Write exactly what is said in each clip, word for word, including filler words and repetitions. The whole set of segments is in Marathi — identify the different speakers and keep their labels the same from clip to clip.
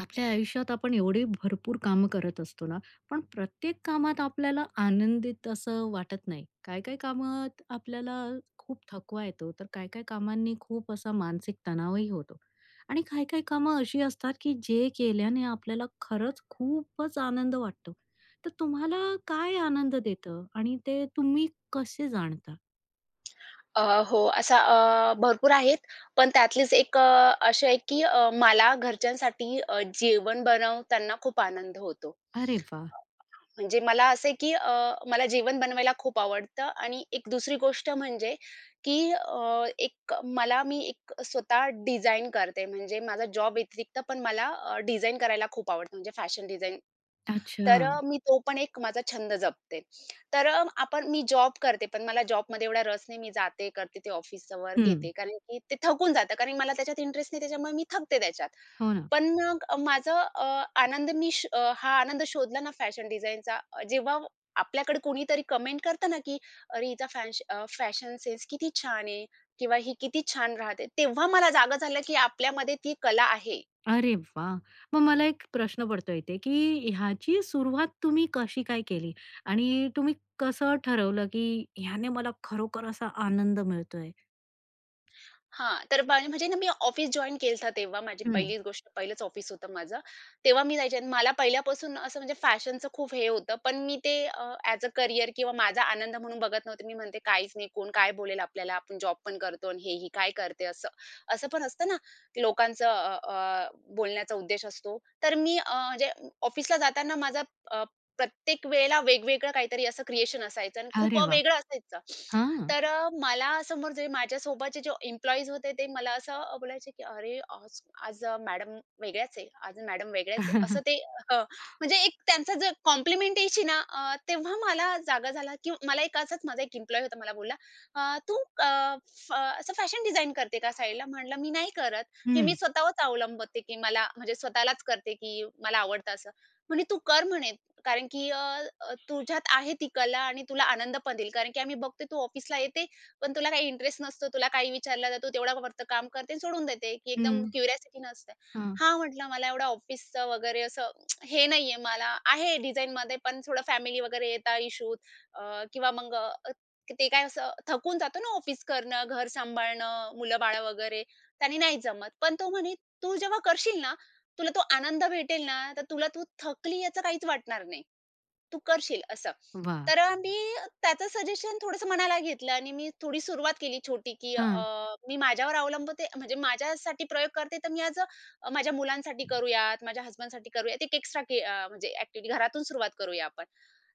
Speaker 1: आपल्या आयुष्यात आपण एवढी भरपूर कामं करत असतो ना, पण प्रत्येक कामात आपल्याला आनंदित असं वाटत नाही. काही-काही कामात आपल्याला खूप थकवा येतो, तर काही-काही कामांनी खूप असा मानसिक तणावही होतो. आणि काही-काही कामं अशी असतात, की जे केल्याने आपल्याला खरंच खूपच आनंद वाटतो. तर तुम्हाला काय आनंद देतं आणि ते तुम्ही कसे जाणता?
Speaker 2: अ, हो, असा अ, भरपूर आहेत. पण त्यातलीच एक अ, अशी आहे, की अ, मला घरच्यांसाठी अ, जेवण बनवताना खूप आनंद होतो.
Speaker 1: अरे वाह!
Speaker 2: म्हणजे मला असं आहे, की अ, मला जेवण बनवायला खूप आवडतं आणि एक दुसरी गोष्ट म्हणजे, की अ, एक मला मी एक स्वतः डिझाइन करते. म्हणजे माझा जॉब व्यतिरिक्त पण मला अ, करायला खूप आवडतं. म्हणजे फॅशन डिझाइन.
Speaker 1: अच्छा.
Speaker 2: तर अ, मी तो पण एक माझा छंद जपते. तर अ, आपण मी जॉब करते, पण मला जॉबमध्ये एवढा रस नाही. मी जाते, करते ते ऑफिसचं वर्क,
Speaker 1: हं.
Speaker 2: येते. कारण की ते थकून जातं. कारण मला त्याच्यात इंटरेस्ट नाही, त्याच्यामुळे मी थकते त्याच्यात.
Speaker 1: हो ना.
Speaker 2: पण मग अ, अ, आनंद मी श अ, हा आनंद शोधला ना फॅशन डिझाइनचा, जेव्हा आपल्याकडे कोणीतरी कमेंट करतं ना, की "अरे, हिचा फॅश फॅशन सेन्स किती छान आहे" किंवा "ही किती छान राहते." तेव्हा मला जागा झालं, की आपल्यामध्ये ती कला आहे.
Speaker 1: अरे वाह! मग मला एक प्रश्न पडतोय इथे, की ह्याची सुरुवात तुम्ही कशी काय केली? आणि तुम्ही कसं ठरवलं, की ह्याने मला खरोखर असा आनंद मिळतोय?
Speaker 2: हां, तर माझे म्हणजे ना मी ऑफिस जॉइन केलं होतं तेव्हा माझी
Speaker 1: हं.
Speaker 2: पहिलीच गोष्ट पहिलंच ऑफिस होतं माझं. तेव्हा मी जायचे आणि मला पहिल्यापासून असं म्हणजे फॅशनचं खूप हे होतं. पण मी ते अ, ॲज अ करियर किंवा माझा आनंद म्हणून बघत नव्हते. मी म्हणते काहीच नाही, कोण काय बोलेल आपल्याला, आपण जॉब पण करतो आणि हे ही काय करते असं. असं पण असतं ना, की लोकांचं अ, अ, बोलण्याचा उद्देश असतो. तर मी अ, म्हणजे ऑफिसला जाताना माझा अ, प्रत्येक वेळेला वेगवेगळं काहीतरी असं क्रिएशन असायचं आणि खूप
Speaker 1: अरे वाह!
Speaker 2: वेगळं असायचं.
Speaker 1: हां.
Speaker 2: तर अ, मला समोर जे माझ्यासोबतचे जे एम्प्लॉईज होते ते मला असं बोलायचे, की "अरे, आज आज मॅडम वेगळ्याच आहे, आज मॅडम वेगळ्याच आहे." असं ते. हं, म्हणजे एक त्यांचं जे कॉम्प्लिमेंट यायची ना अ, तेव्हा मला जागा झाला, की मला एक असाच माझा एक एम्प्लॉयी होता. मला बोलला, "अ, तू अ, फ असं फॅशन डिझाइन करते का साईडला?" म्हटलं, "मी नाही करत. हे मी
Speaker 1: हं,
Speaker 2: स्वतःवरच अवलंबते, की मला म्हणजे स्वतःलाच करते, की मला आवडतं असं." म्हणे, "तू कर म्हणे. कारण की अ, अ, तुझ्यात आहे ती कला आणि तुला आनंद पण देईल. कारण की आम्ही बघतो तू ऑफिसला येते, पण तुला काही इंटरेस्ट नसतो. तुला काही विचारलं तर तू तेवढं फक्त काम करते आणि सोडून देते, की एकदम
Speaker 1: हं.
Speaker 2: क्युरिओसिटी नसते.
Speaker 1: हां.
Speaker 2: हां, म्हटलं मला एवढं ऑफिसचं वगैरे असं हे नाहीये मला. आहे डिझाइनमध्ये पण थोडं फॅमिली वगैरे येतात इश्यूज, अ, किंवा मग अ, ते काय असं थकून जातो ना ऑफिस करणं, घर सांभाळणं, मुलं-बाळं वगैरे. त्याने नाही जमत. पण तो म्हणे, "तू जेव्हा करशील ना, तुला तो आनंद भेटेल ना, तर तुला तू थकली याचं काहीच वाटणार नाही. तू करशील असं."
Speaker 1: वाह!
Speaker 2: तर अ, मी त्याचं सजेशन थोडंसं मनाला घेतलं आणि मी थोडी सुरुवात केली छोटी, की अ,
Speaker 1: हां.
Speaker 2: मी माझ्यावर अवलंबते म्हणजे माझ्यासाठी प्रयोग करते, तर मी आज अ, माझ्या मुलांसाठी करूयात, माझ्या हसबंडसाठी करूयात. एक एक्स्ट्रा म्हणजे ॲक्टिव्हिटी घरातून सुरुवात करूया आपण.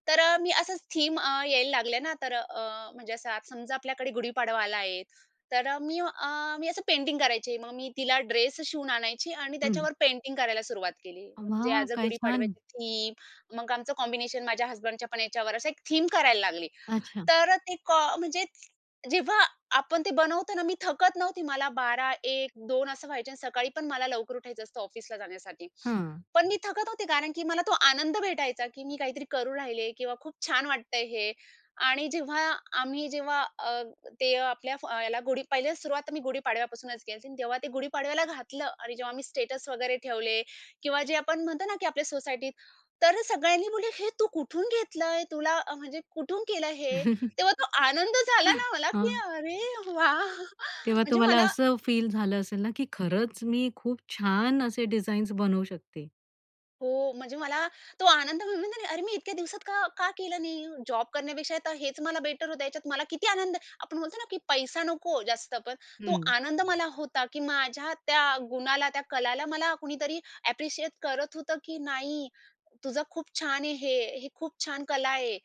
Speaker 2: तर अ, मी असंच थीम यायला लागल्या ना, तर अ, म्हणजे असं आज समजा आपल्याकडे गुढीपाडवा आला आहे, तर अ, मी अ, मी असं पेंटिंग करायची. मग मी तिला ड्रेस शिवून आणायची आणि
Speaker 1: हं.
Speaker 2: त्याच्यावर पेंटिंग करायला सुरुवात केली. म्हणजे
Speaker 1: वाह!
Speaker 2: ॲज अ
Speaker 1: काय छान.
Speaker 2: गुढीपाडव्याची थीम, मग आमचं कॉम्बिनेशन माझ्या हसबँडच्या पण याच्यावर असं एक थीम करायला लागली.
Speaker 1: अच्छा.
Speaker 2: तर ते कॉ म्हणजे जेव्हा आपण ते बनवतो ना, मी थकत नव्हती. मला बारा, एक, दोन असं व्हायचे आणि सकाळी पण मला लवकर उठायचं असतं ऑफिसला जाण्यासाठी.
Speaker 1: हां.
Speaker 2: पण मी थकत होते कारण की मला तो आनंद भेटायचा, की मी काहीतरी करू राहिले किंवा खूप छान वाटतंय हे. आणि जेव्हा आम्ही जेव्हा अ, ते आपल्या फ अ, याला गुढी पहिल्या सुरुवात मी गुढीपाडव्यापासूनच केली आणि तेव्हा ते गुढीपाडव्याला घातलं आणि जेव्हा मी स्टेटस वगैरे ठेवले किंवा जे आपण म्हणतो ना, की आपल्या सोसायटीत, तर सगळ्यांनी बोलले, "हे तू कुठून घेतलंय? तुला अ, म्हणजे कुठून केलं हे?" तेव्हा तो आनंद झाला ना मला,
Speaker 1: हां.
Speaker 2: की अरे वाह!
Speaker 1: तेव्हा
Speaker 2: म्हणजे
Speaker 1: तुम्हाला
Speaker 2: मला,
Speaker 1: असं फील झालं असेल ना, की खरंच मी खूप छान असे डिझाईन्स बनवू शकते.
Speaker 2: हो, म्हणजे मला तो आनंद मी म्हणते ना, अरे मी इतक्या दिवसात का का केलं नाही? जॉब करण्यापेक्षा तर हेच मला बेटर होतं. याच्यात मला किती आनंद, आपण बोलतो ना, की पैसा नको जास्त पण तो
Speaker 1: हं.
Speaker 2: आनंद मला होता, की माझ्या त्या गुणाला, त्या कलाला मला कुणीतरी ॲप्रिशिएट करत होतं, की नाही तुझं खूप छान आहे हे, हे खूप छान कला आहे.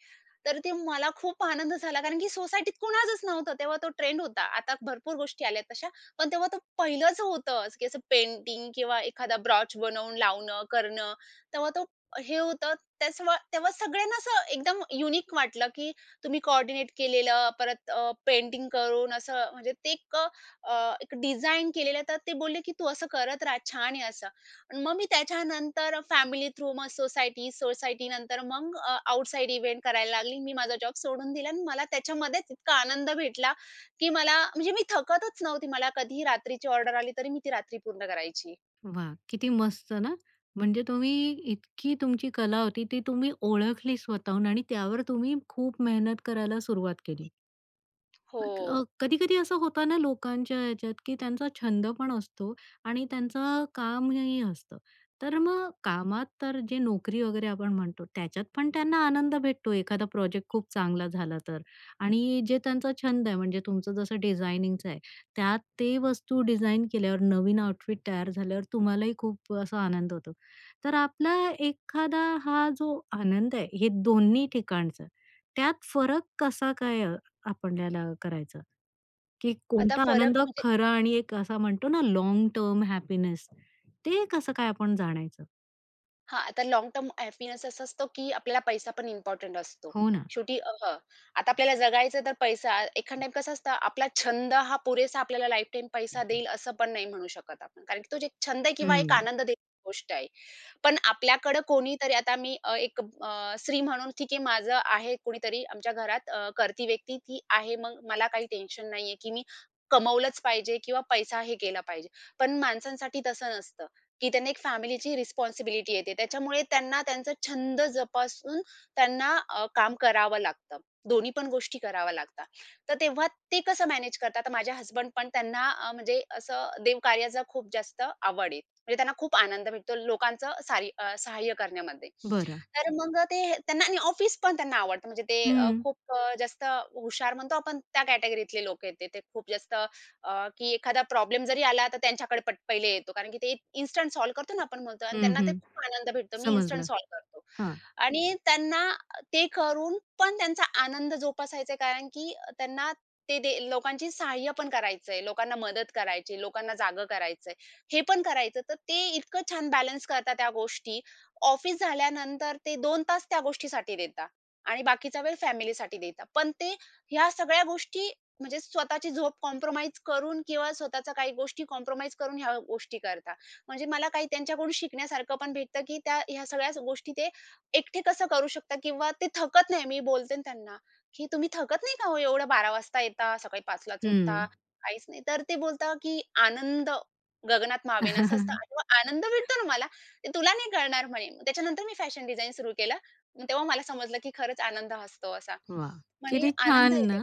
Speaker 2: तर ते मला खूप आनंद झाला कारण की सोसायटीत कुणाचच नव्हतं. तेव्हा तो ट्रेंड होता. आता भरपूर गोष्टी आल्यात तशा. पण तेव्हा तो पहिलंच होतं, असं की असं पेंटिंग किंवा एखादा ब्रॉच बनवून लावणं, करणं. तेव्हा तो हे होतं, त्यासवा तेव्हा सगळ्यांना असं एकदम युनिक वाटलं, की तुम्ही कोऑर्डिनेट केलेलं, परत अ, पेंटिंग करून असं म्हणजे ते एक अ, एक डिझाइन केलेलं. तर ते बोलले, की "तू असं करत राहा, छान आहे असं." आणि मग मी त्याच्यानंतर फॅमिली थ्रू मग सोसायटी, सोसायटीनंतर मग अ, इव्हेंट करायला लागली. मी माझा जॉब सोडून दिला आणि मला त्याच्यामध्येच इतका आनंद भेटला, की मला म्हणजे मी थकतच नव्हती. मला कधीही रात्रीची ऑर्डर आली, तरी मी ती रात्री पूर्ण करायची.
Speaker 1: वा, किती मस्त ना. म्हणजे तुम्ही इतकी तुमची कला होती, ती तुम्ही ओळखली स्वतःहून आणि त्यावर तुम्ही खूप मेहनत करायला सुरुवात केली.
Speaker 2: हो.
Speaker 1: मग अ, कधी-कधी असं होतं ना लोकांच्या ह्याच्यात, की त्यांचा छंद पण असतो आणि त्यांचं कामही असतं. तर मग कामात तर जे नोकरी वगैरे आपण म्हणतो, त्याच्यात पण त्यांना आनंद भेटतो एखादा प्रोजेक्ट खूप चांगला झाला तर. आणि जे त्यांचा छंद आहे म्हणजे तुमचं जसं डिझायनिंगचं आहे, त्यात ते वस्तू डिझाइन केल्यावर नवीन आउटफिट तयार झाल्यावर तुम्हालाही खूप असा आनंद होतो. तर आपला एखादा हा जो आनंद आहे, हे दोन्ही ठिकाणचा, त्यात फरक कसा काय आपल्याला करायचं, की
Speaker 2: आता
Speaker 1: कोणता आनंद
Speaker 2: फरक म्हणजे,
Speaker 1: खरा आणि एक असा म्हणतो ना लॉंग टर्म हॅपीनेस ते कसं काय आपण जाणायचं?
Speaker 2: हां, आता लॉंग टर्म हॅपीनेस असा असतो, की आपल्याला पैसा पण इम्पोर्टंट असतो.
Speaker 1: हो ना.
Speaker 2: शेवटी अ, हं, आता आपल्याला जगायचं तर पैसा एखाद टाईम कसं असतं, आपला छंद हा पुरेसा आपल्याला लाईफटाईम पैसा देईल असं पण नाही म्हणू शकत आपण. कारण की तो जे एक छंद आहे किंवा एक
Speaker 1: हं.
Speaker 2: आनंद देणारी गोष्ट आहे. पण आपल्याकडं कोणीतरी आता मी अ, एक अ, स्त्री म्हणून ठीक आहे माझं आहे कोणीतरी आमच्या घरात अ, करती व्यक्ती ती आहे. मग मला काही टेन्शन नाहीये, की मी कमवलंच पाहिजे किंवा पैसा हे केला पाहिजे. पण माणसांसाठी तसं नसतं. की त्यांना एक फॅमिलीची रिस्पॉन्सिबिलिटी येते. त्याच्यामुळे त्यांना त्यांचा छंद जोपासून त्यांना अ, काम करावं लागतं. दोन्ही पण गोष्टी कराव्या लागतात. तर तेव्हा ते कसं मॅनेज करतात? तर माझे हसबंड पण त्यांना अ, म्हणजे असं देवकार्याचा खूप जास्त आवड आहे. म्हणजे त्यांना खूप आनंद भेटतो लोकांचं सारी अ, सहाय्य करण्यामध्ये.
Speaker 1: बरं.
Speaker 2: तर मग ते त्यांना आणि ऑफिस पण त्यांना आवडतं. म्हणजे ते अ,
Speaker 1: हं.
Speaker 2: खूप अ, जास्त हुशार म्हणतो आपण त्या कॅटेगरीतले लोक आहेत ते. ते खूप जास्त अ, की एखादा प्रॉब्लेम जरी आला तर त्यांच्याकडे पट पहिले येतो. कारण की ते इन्स्टंट सॉल्व्ह करतो ना आपण म्हणतो आणि
Speaker 1: हं,
Speaker 2: त्यांना ते
Speaker 1: हं.
Speaker 2: खूप आनंद भेटतो. मी इन्स्टंट
Speaker 1: समजलं.
Speaker 2: सॉल्व्ह करतो.
Speaker 1: हां.
Speaker 2: आणि त्यांना ते करून पण त्यांचा आनंद जोपासायचा आहे, कारण की त्यांना ते दे लोकांची सहाय्य पण करायचंय, लोकांना मदत करायची, लोकांना जागं करायचंय, हे पण करायचं. तर ते इतकं छान बॅलन्स करतात त्या गोष्टी. ऑफिस झाल्यानंतर ते दोन तास त्या गोष्टीसाठी देतात आणि बाकीचा वेळ फॅमिलीसाठी देतात. पण ते ह्या सगळ्या गोष्टी म्हणजे स्वतःची झोप कॉम्प्रोमाईज करून किंवा स्वतःच्या काही गोष्टी कॉम्प्रोमाईज करून ह्या गोष्टी करतात. म्हणजे मला काही त्यांच्याकडून शिकण्यासारखं पण भेटतं, की त्या ह्या सगळ्या गोष्टी ते एकटे कसं करू शकता किंवा ते थकत नाही. मी बोलते ना त्यांना, की "तुम्ही थकत नाही का हो? एवढं बारा वाजता येता, सकाळी पाच लाच उठता,
Speaker 1: हं.
Speaker 2: काहीच नाही." तर ते बोलता की "आनंद गगनात
Speaker 1: वाह!
Speaker 2: मावेन" असं असतं आणि मग आनंद भेटतो ना मला, "ते तुला नाही कळणार" म्हणे. मग त्याच्यानंतर मी फॅशन डिझाइन सुरू केलं. मग तेव्हा मला समजलं, की खरंच आनंद असतो असा. म्हणे
Speaker 1: किती छान
Speaker 2: आनंद येते.
Speaker 1: ना?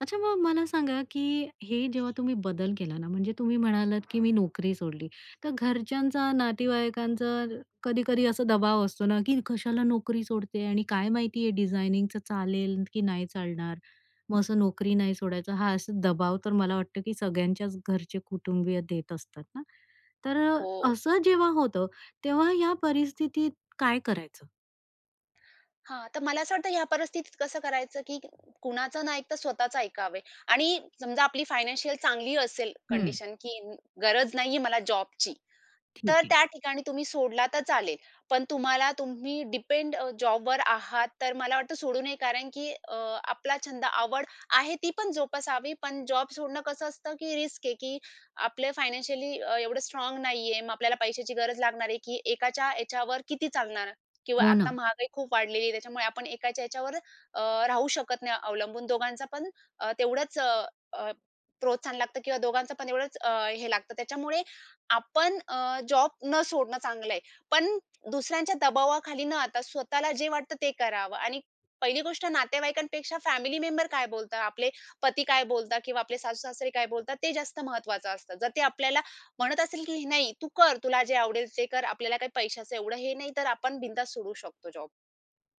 Speaker 1: अच्छा मग मला सांगा, की हे जेव्हा तुम्ही बदल केला ना, म्हणजे तुम्ही म्हणालात, की मी नोकरी सोडली. तर घरच्यांचा, नातेवाईकांचा कधी-कधी असा दबाव असतो ना, की कशाला नोकरी सोडते आणि काय माहिती आहे डिझायनिंगचं चालेल की नाही चालणार? मग असं नोकरी नाही सोडायचं. हा असा दबाव तर मला वाटतं, की सगळ्यांच्याच घरचे कुटुंबीय देत असतात ना. तर
Speaker 2: हो.
Speaker 1: असं जेव्हा होतं, तेव्हा या परिस्थितीत काय करायचं?
Speaker 2: हां, तर मला असं वाटतं ह्या परिस्थितीत कसं करायचं, की कुणाचं ना ऐकता स्वतःचं ऐकावे आणि समजा आपली फायनान्शियल चांगली असेल
Speaker 1: हं.
Speaker 2: कंडिशन, की न- गरज नाहीये मला जॉबची,
Speaker 1: ठीक
Speaker 2: तर
Speaker 1: आहे.
Speaker 2: त्या ठिकाणी तुम्ही सोडला तर चालेल. पण तुम्हाला तुम्ही डिपेंड अ, जॉबवर आहात, तर मला वाटतं सोडू नये. कारण की अ, आपला छंद, आवड आहे ती पण जोपासावी. पण जॉब सोडणं कसं असतं, की रिस्क आहे, की आपलं फायनान्शियली एवढं स्ट्राँग नाहीये. मग आपल्याला पैशाची गरज लागणार आहे, की एकाच्या याच्यावर किती चालणार किंवा
Speaker 1: हो
Speaker 2: आता
Speaker 1: ना.
Speaker 2: महागाई खूप वाढलेली आहे, त्याच्यामुळे आपण एकाच्या ह्याच्यावर अ, राहू शकत नाही अवलंबून. दोघांचा पण अ, तेवढंच अ, अ, प्रोत्साहन लागतं किंवा दोघांचं पण एवढंच अ, हे लागतं. त्याच्यामुळे आपण अ, जॉब न सोडणं चांगलं आहे. पण दुसऱ्यांच्या दबावाखाली न आता स्वतःला जे वाटतं ते करावं आणि पहिली गोष्ट नातेवाईकांपेक्षा फॅमिली मेंबर काय बोलतात, आपले पती काय बोलतात किंवा आपले सासू-सासरे काय बोलतात ते जास्त महत्वाचं असतं. जर ते आपल्याला म्हणत असेल की नाही तू कर, तुला जे आवडेल ते कर. आपल्याला काही पैशाचं एवढं हे नाही, तर आपण बिनधास्त सोडू शकतो जॉब.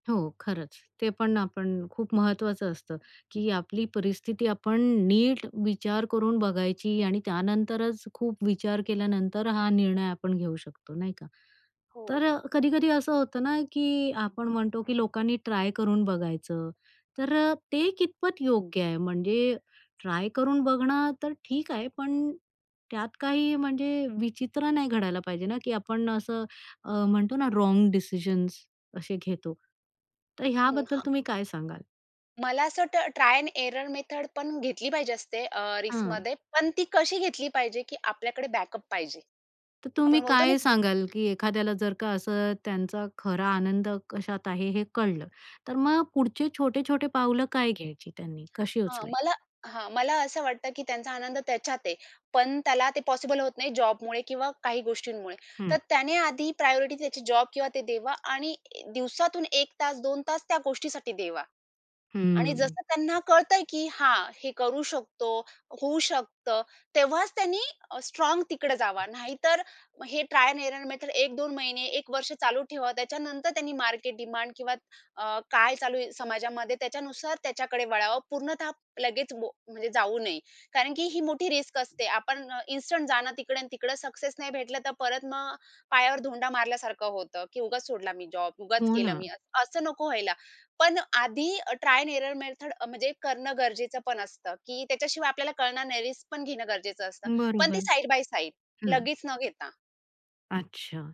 Speaker 1: हो, खरंच. ते पण आपण खूप महत्वाचं असतं, की आपली परिस्थिती आपण नीट विचार करून बघायची आणि त्यानंतरच खूप विचार केल्यानंतर हा निर्णय आपण घेऊ शकतो, नाही का?
Speaker 2: हो.
Speaker 1: तर अ, कधी-कधी असं होतं ना, की आपण म्हणतो, की लोकांनी ट्राय करून बघायचं. तर अ, ते कितपत योग्य आहे? म्हणजे ट्राय करून बघणं तर ठीक आहे, पण त्यात काही म्हणजे विचित्र नाही घडायला पाहिजे ना, की आपण असं अ, म्हणतो ना, रॉन्ग डिसिजन्स असे घेतो. तर
Speaker 2: हं,
Speaker 1: ह्याबद्दल
Speaker 2: हां.
Speaker 1: तुम्ही काय सांगाल?
Speaker 2: मला असं वाटतं ट्राय एंड एरर मेथड पण घेतली पाहिजे असते अ,
Speaker 1: हां.
Speaker 2: रिस्कमध्ये. पण ती कशी घेतली पाहिजे, की आपल्याकडे बॅकअप पाहिजे.
Speaker 1: तर तुम्ही
Speaker 2: आपण बोलतो ना,
Speaker 1: काय
Speaker 2: की
Speaker 1: सांगाल, की एखाद्याला जर का असं त्यांचा खरा आनंद कशात आहे हे कळलं, तर मग पुढचे छोटे-छोटे पावलं काय घ्यायची त्यांनी? कशी
Speaker 2: हां, मला,
Speaker 1: उचलायची?
Speaker 2: हां, मला असं वाटतं, की त्यांचा आनंद त्याच्यात आहे. पण त्याला ते पॉसिबल होत नाही जॉबमुळे किंवा काही गोष्टींमुळे.
Speaker 1: हं,
Speaker 2: तर त्याने आधी प्रायोरिटी त्याची जॉब किंवा ते देवा आणि दिवसातून एक तास, दोन तास त्या गोष्टीसाठी देवा. आणि
Speaker 1: हं.
Speaker 2: जसं त्यांना कळतंय, की हां, हे करू शकतो, होऊ शकतं, तेव्हाच त्यांनी अ, स्ट्राँग तिकडे जावा. नाहीतर हे ट्रायल अँड एरर मेथड एक दोन महिने, एक वर्ष चालू ठेवा. त्याच्यानंतर त्यांनी मार्केट डिमांड किंवा अ, काय चालू आहे समाजामध्ये त्याच्यानुसार त्याच्याकडे वळावं. पूर्णतः लगेच बो म्हणजे जाऊ नये. कारण की ही मोठी रिस्क असते. आपण इन्स्टंट जाणं तिकडे आणि तिकडे सक्सेस नाही भेटलं तर परत मग पायावर धोंडा मारल्यासारखं होतं, की उगाच सोडला मी जॉब, उगाच
Speaker 1: हो
Speaker 2: केलं
Speaker 1: ना.
Speaker 2: मी. असं नको व्हायला. पण आधी ट्राय अँड एरर मेथड म्हणजे करणं गरजेचं पण असतं, की त्याच्याशिवाय आपल्याला कळणार नाही. रिस्क पण घेणं गरजेचं असतं. पण ती
Speaker 1: बरोबर.
Speaker 2: साइड बाय साइड
Speaker 1: हं.
Speaker 2: लगेच न घेता.
Speaker 1: अच्छा.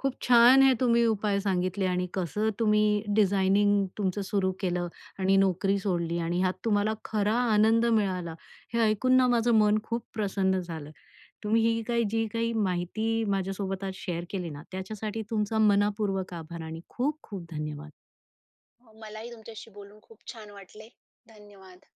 Speaker 1: खूप छान हे तुम्ही उपाय सांगितले आणि कसं तुम्ही डिझायनिंग तुमचं सुरू केलं आणि नोकरी सोडली आणि ह्यात तुम्हाला खरा आनंद मिळाला. हे ऐकून ना माझं मन खूप प्रसन्न झालं. तुम्ही ही काही जी काही माहिती माझ्यासोबत आज शेअर केली ना, त्याच्यासाठी तुमचा मनःपूर्वक आभार आणि खूप खूप धन्यवाद.
Speaker 2: हो, मलाही तुमच्याशी बोलून खूप छान वाटले. धन्यवाद.